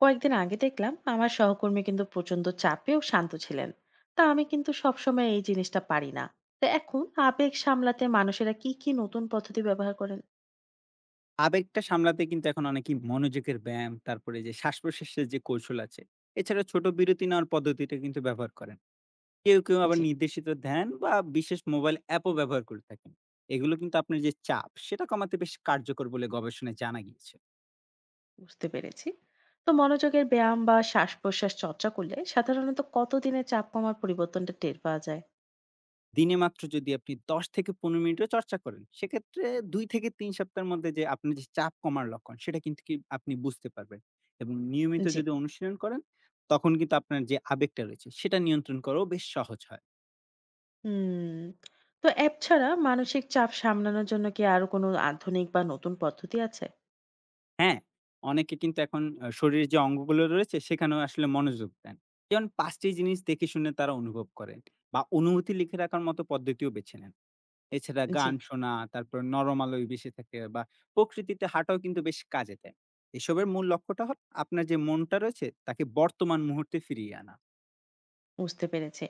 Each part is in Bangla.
কয়েকদিন আগে দেখলাম আমার সহকর্মী কিন্তু প্রচন্ড চাপে ও শান্ত ছিলেন। তা আমি কিন্তু সবসময় এই জিনিসটা পারি না। তো এখন আবেগ সামলাতে মানুষেরা কি কি নতুন পদ্ধতি ব্যবহার করেন? আবেগটা সামলাতে কিন্তু এখন অনেকেই মনোযোগের ব্যায়াম, তারপরে যে শ্বাস-প্রশ্বাসের যে কৌশল আছে, এছাড়া ছোট বিরতি নেওয়ার পদ্ধতিটা কিন্তু ব্যবহার করেন। কেউ, কেউ আবার জি, নির্দেশিত ধ্যান বা বিশেষ মোবাইল অ্যাপও ব্যবহার করে থাকেন। এগুলো কিন্তু আপনার যে চাপ, সেটা কমাতে বেশ কার্যকর বলে গবেষণায় জানা গিয়েছে। বুঝতে পেরেছি। তো মনোযোগের ব্যায়াম বা শ্বাস প্রশ্বাস চর্চা করলে সাধারণত কতদিনে চাপ কমার পরিবর্তনটা টের পাওয়া যায়? দিনে মাত্র যদি আপনি ১০ থেকে ১৫ মিনিটও চর্চা করেন, সেক্ষেত্রে ২ থেকে ৩ সপ্তাহের মধ্যে যে আপনার যে চাপ কমার লক্ষণ, সেটা কিন্তু কি আপনি বুঝতে পারবেন। এবং নিয়মিত জি। যদি অনুশীলন করেন, তখন কিন্তু আপনার যে আবেগটা রয়েছে, সেটা নিয়ন্ত্রণ করাও বেশ সহজ হয়। হুম। তো অ্যাপ ছাড়া মানসিক চাপ সামলানোর জন্য কি আরো কোনো আধুনিক বা নতুন পদ্ধতি আছে? হ্যাঁ, অনেকে কিন্তু এখন শরীরের যে অঙ্গগুলো রয়েছে সেখানেও আসলে মনোযোগ দেন। যেমন ৫ টি জিনিস দেখে শুনে তারা অনুভব করেন বা অনুভূতি লিখে রাখার মতো পদ্ধতিও বেছে নেন। এছাড়া জি, গান শোনা, তারপর নরম আলোয় বেশি থাকে বা প্রকৃতিতে হাঁটাও কিন্তু বেশ কাজে দেয়। এসবের মূল লক্ষ্যটা হল আপনার যে মনটা রয়েছে তাকে বর্তমান মুহূর্তে ফিরিয়ে আনা। বুঝতে পেরেছি।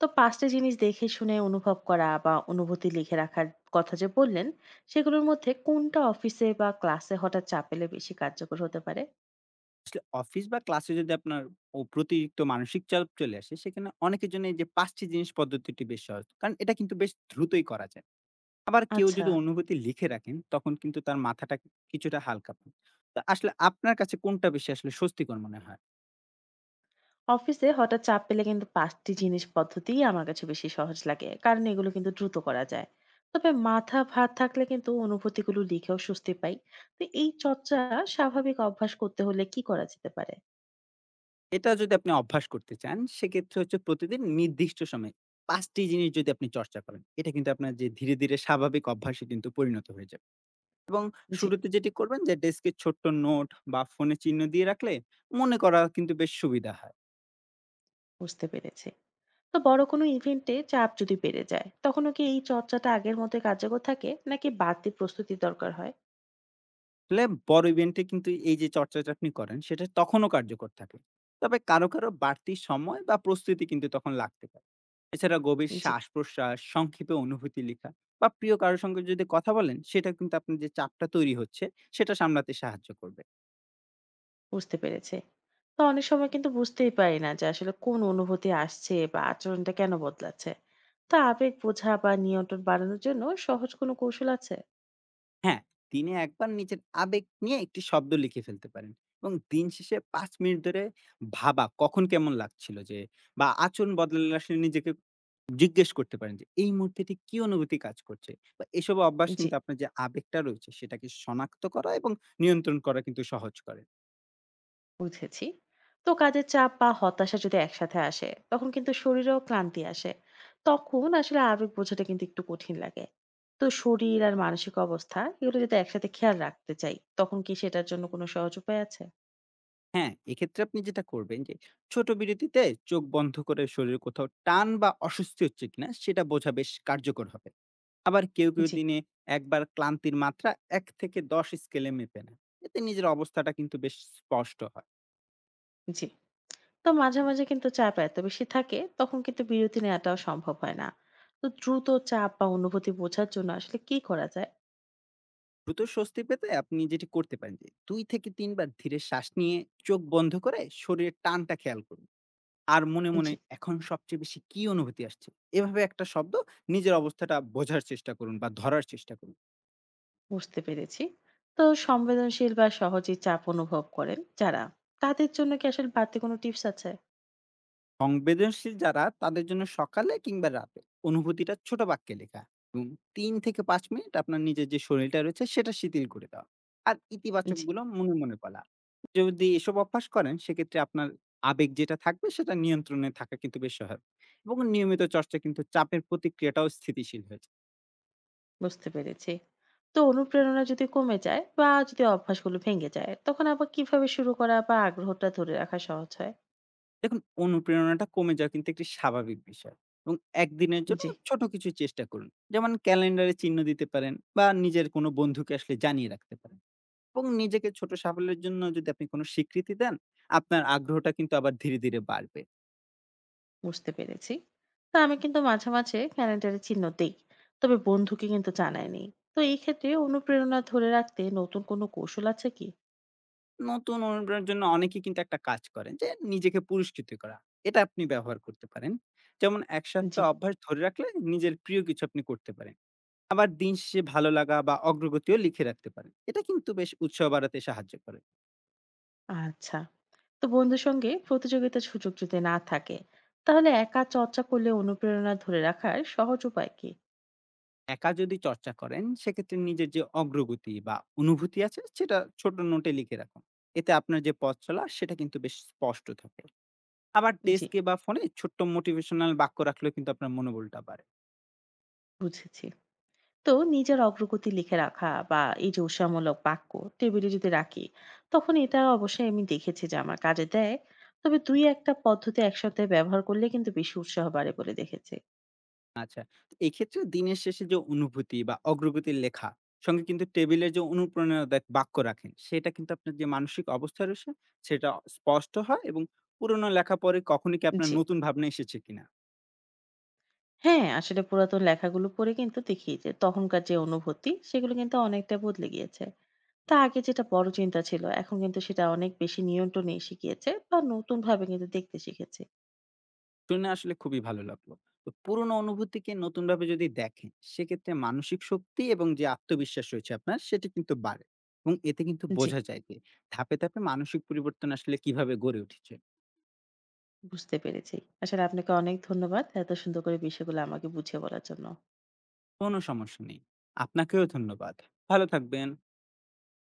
তো পাঁচটা জিনিস দেখে শুনে অনুভব করা বা অনুভূতি লিখে রাখার কথা যে বললেন, সেগুলোর মধ্যে কোনটা অফিসে বা ক্লাসে হঠাৎ চাপ পেলে বেশি কার্যকর হতে পারে? আসলে অফিস বা ক্লাসে যদি আপনার ও অতিরিক্ত মানসিক চাপ চলে আসে সেখানে অনেকের জন্য এই যে ৫ টি জিনিস পদ্ধতিটি বেশ সহজ। কারণ এটা কিন্তু বেশ দ্রুতই করা যায়। আবার কেউ আচ্ছা, যদি অনুভূতি লিখে রাখেন, তখন কিন্তু তার মাথাটা কিছুটা হালকা পান। তো আসলে আপনার কাছে কোনটা বেশি আসলে স্বস্তিকর মনে হয়? অফিসে হঠাৎ চাপ পেলে কিন্তু পাঁচটি জিনিস পদ্ধতিই আমার কাছে বেশি সহজ লাগে কারণ এগুলো কিন্তু দ্রুত করা যায়। তবে মাথা ভার থাকলে কিন্তু অনুভূতিগুলো লিখেও স্বস্তি পাই। তো এই চর্চা স্বাভাবিক অভ্যাস করতে হলে কি করা যেতে পারে? এটা যদি আপনি অভ্যাস করতে চান, সেক্ষেত্রে হচ্ছে প্রতিদিন নির্দিষ্ট সময়ে ৫ টি জিনিস যদি আপনি চর্চা করেন, এটা কিন্তু আপনার যে ধীরে, ধীরে স্বাভাবিক অভ্যাসে কিন্তু পরিণত হয়ে যাবে এবং জি, শুরুতে যেটি করবেন যে ডেস্কে ছোট্ট নোট বা ফোনে চিহ্ন দিয়ে রাখলে মনে করা কিন্তু বেশ সুবিধা হয়। বুঝতে পেরেছি। তো বড় কোনো ইভেন্টে চাপ যদি বেড়ে যায়, তখনও কি এই চর্চাটা আগের মতোই কার্যকর থাকে নাকি বাড়তি প্রস্তুতির দরকার হয়? আসলে বড় ইভেন্টে কিন্তু এই যে চর্চাটা আপনি করেন সেটা তখনও কার্যকর থাকে। তবে কারো, কারো বাড়তি সময় বা প্রস্তুতি কিন্তু তখন লাগতে পারে। এছাড়া গভীর জি, শ্বাস-প্রশ্বাস, সংক্ষেপে অনুভূতি লেখা বা প্রিয় কারো সঙ্গে যদি কথা বলেন সেটা কিন্তু আপনার যে চাপটা তৈরি হচ্ছে সেটা সামলাতে সাহায্য করবে। বুঝতে পেরেছি। তো অনেক সময় কিন্তু বুঝতেই পারি না যে আসলে কোন অনুভূতি আসছে বা আচরণটা কেন বদলাচ্ছে। তো আবেগ বোঝা বা নিয়ন্ত্রণ বাড়ানোর জন্য সহজ কোনো কৌশল আছে? হ্যাঁ, দিনে একবার নিজের আবেগ নিয়ে একটি শব্দ লিখে ফেলতে পারেন এবং দিন শেষে ৫ মিনিট ধরে ভাবা কখন কেমন লাগছিল যে বা আচরণ বদলালে আসলে নিজেকে জিজ্ঞেস করতে পারেন যে, এই মুহূর্তে ঠিক কি অনুভূতি কাজ করছে? বা এসব অভ্যাস জি। কিন্তু আপনার যে আবেগটা রয়েছে সেটাকে শনাক্ত করা এবং নিয়ন্ত্রণ করা কিন্তু সহজ করে। বুঝেছি। তো কাজের চাপ বা হতাশা যদি একসাথে আসে তখন কিন্তু শরীরেও ক্লান্তি আসে। তখন আসলে আবেগ বোঝাটা কিন্তু একটু কঠিন লাগে। তো শরীর আর মানসিক অবস্থা এগুলো যদি একসাথে খেয়াল রাখতে চাই তখন কি সেটার জন্য কোনো সহজ উপায় আছে? হ্যাঁ, এক্ষেত্রে আপনি যেটা করবেন যে ছোট বিরতিতে চোখ বন্ধ করে শরীরে কোথাও টান বা অস্বস্তি হচ্ছে কিনা সেটা বোঝা বেশ কার্যকর হবে। আবার কেউ, কেউ জি। দিনে একবার ক্লান্তির মাত্রা ১ থেকে ১০ স্কেলে মেপে নেন। এতে নিজের অবস্থাটা কিন্তু বেশ স্পষ্ট হয়। জি। তো মাঝে মাঝে কিন্তু চাপ এত বেশি থাকে তখন কিন্তু বিরতি নেওয়াটাও সম্ভব হয় না। তো দ্রুত চাপ বা অনুভূতি বোঝার জন্য আসলে কি করা যায়? দ্রুত স্বস্তি পেতে আপনি যেটি করতে পারেন যে ২ থেকে ৩ বার ধীরে শ্বাস নিয়ে চোখ বন্ধ করে শরীরের টানটা খেয়াল করুন। আর মনে, মনে জি, এখন সবচেয়ে বেশি কি অনুভূতি আসছে? এভাবে একটা শব্দ নিজের অবস্থাটা বোঝার চেষ্টা করুন বা ধরার চেষ্টা করুন। বুঝতে পেরেছি। তো সংবেদনশীল বা সহজেই চাপ অনুভব করেন যারা, তাদের জন্য কি আসলে বাড়তি কোনো টিপস আছে? সংবেদনশীল যারা তাদের জন্য সকালে কিংবা রাতে অনুভূতিটা ছোট বাক্যে লেখা এবং ৩ থেকে ৫ মিনিট আপনার নিজের যে শরীরটা রয়েছে সেটা শিথিল করে দেওয়া। আর জি, ইতিবাচকগুলো মনে, মনে বলা। যদি এসব অভ্যাস করেন সেক্ষেত্রে আপনার আবেগ যেটা থাকবে সেটা নিয়ন্ত্রণে থাকা কিন্তু বেশ সহায়ক এবং নিয়মিত চর্চা কিন্তু চাপের প্রতিক্রিয়াটাও স্থিতিশীল হয়ে। বুঝতে পেরেছি। তো অনুপ্রেরণা যদি কমে যায় বা যদি অভ্যাসগুলো ভেঙে যায়, তখন আবার কিভাবে শুরু করা বা আগ্রহটা ধরে রাখা সহজ হয়? দেখুন অনুপ্রেরণাটা কমে যাওয়া কিন্তু একটি স্বাভাবিক বিষয় এবং একদিনের জন্য জি, ছোট কিছু চেষ্টা করুন, যেমন ক্যালেন্ডারে চিহ্ন দিতে পারেন বা নিজের কোনো বন্ধুকে আসলে জানিয়ে রাখতে পারেন, এবং নিজেকে ছোট সাফল্যের জন্য যদি আপনি কোনো স্বীকৃতি দেন আপনার আগ্রহটা কিন্তু আবার ধীরে ধীরে বাড়বে। বুঝতে পেরেছি। তো আমি কিন্তু মাঝে মাঝে ক্যালেন্ডারে চিহ্ন দেই। তবে বন্ধুকে কিন্তু জানাইনি। তো এই ক্ষেত্রে অনুপ্রেরণা ধরে রাখতে নতুন কোনো কৌশল আছে কি? নতুন অনুপ্রেরণার জন্য অনেকেই কিন্তু একটা কাজ করেন যে নিজেকে পুরস্কৃত করা, এটা আপনি ব্যবহার করতে পারেন। যেমন এক জি, সপ্তাহ অভ্যাস ধরে রাখলে নিজের প্রিয় কিছু আপনি করতে পারেন। আবার দিন শেষে ভালো লাগা বা অগ্রগতিও লিখে রাখতে পারেন, এটা কিন্তু বেশ উৎসাহ বাড়াতে সাহায্য করে। আচ্ছা। তো বন্ধুর সঙ্গে প্রতিযোগিতার সুযোগ যদি না থাকে, তাহলে একা চর্চা করলে অনুপ্রেরণা ধরে রাখার সহজ উপায় কি? একা যদি চর্চা করেন সেক্ষেত্রে নিজের যে অগ্রগতি বা অনুভূতি আছে সেটা ছোট নোটে লিখে রাখুন, এতে আপনার যে পথ চলা সেটা কিন্তু বেশ স্পষ্ট থাকে। আবার জি, ডেস্কে বা ফোনে ছোট্ট মোটিভেশনাল বাক্য রাখলেও কিন্তু আপনার মনোবলটা বাড়ে। বুঝেছি। তো নিজের অগ্রগতি লিখে রাখা বা এই যে উৎসাহমূলক বাক্য টেবিলে যদি রাখি, তখন এটা অবশ্যই আমি দেখেছি যে আমার কাজে দেয়। তবে দুই একটা পদ্ধতি একসাথে ব্যবহার করলে কিন্তু বেশি উৎসাহ বাড়ে বলে দেখেছি। আচ্ছা, তো এক্ষেত্রে দিনের শেষে যে অনুভূতি বা অগ্রগতির লেখা, সঙ্গে কিন্তু টেবিলের যে অনুপ্রেরণাদায়ক বাক্য রাখেন সেটা কিন্তু আপনার যে মানসিক অবস্থা রয়েছে সেটা স্পষ্ট হয় এবং পুরনো লেখা পরে কখনই কি আপনার জি। নতুন ভাবনা এসেছে কিনা। হ্যাঁ, আসলে পুরাতন লেখাগুলো পড়ে কিন্তু দেখি যে তখনকার যে অনুভূতি সেগুলো কিন্তু অনেকটা বদলে গিয়েছে। তা আগে যেটা বড় চিন্তা ছিল, এখন কিন্তু সেটা অনেক বেশি নিয়ন্ত্রণে শিখিয়েছে বা নতুনভাবে কিন্তু দেখতে শিখেছি। শুনে আসলে খুবই ভালো লাগলো। তো পুরোনো অনুভূতিকে নতুনভাবে যদি দেখেন, সেক্ষেত্রে মানসিক শক্তি এবং যে আত্মবিশ্বাস রয়েছে আপনার, সেটি কিন্তু বাড়ে। এবং এতে কিন্তু জি, বোঝা যায় যে ধাপে, ধাপে মানসিক পরিবর্তন আসলে কিভাবে গড়ে উঠেছে। বুঝতে পেরেছি। আসলে আপনাকে অনেক ধন্যবাদ। এত সুন্দর করে বিষয়গুলো আমাকে বুঝিয়ে বলার জন্য। কোনো সমস্যা নেই। আপনাকেও ধন্যবাদ। ভালো থাকবেন।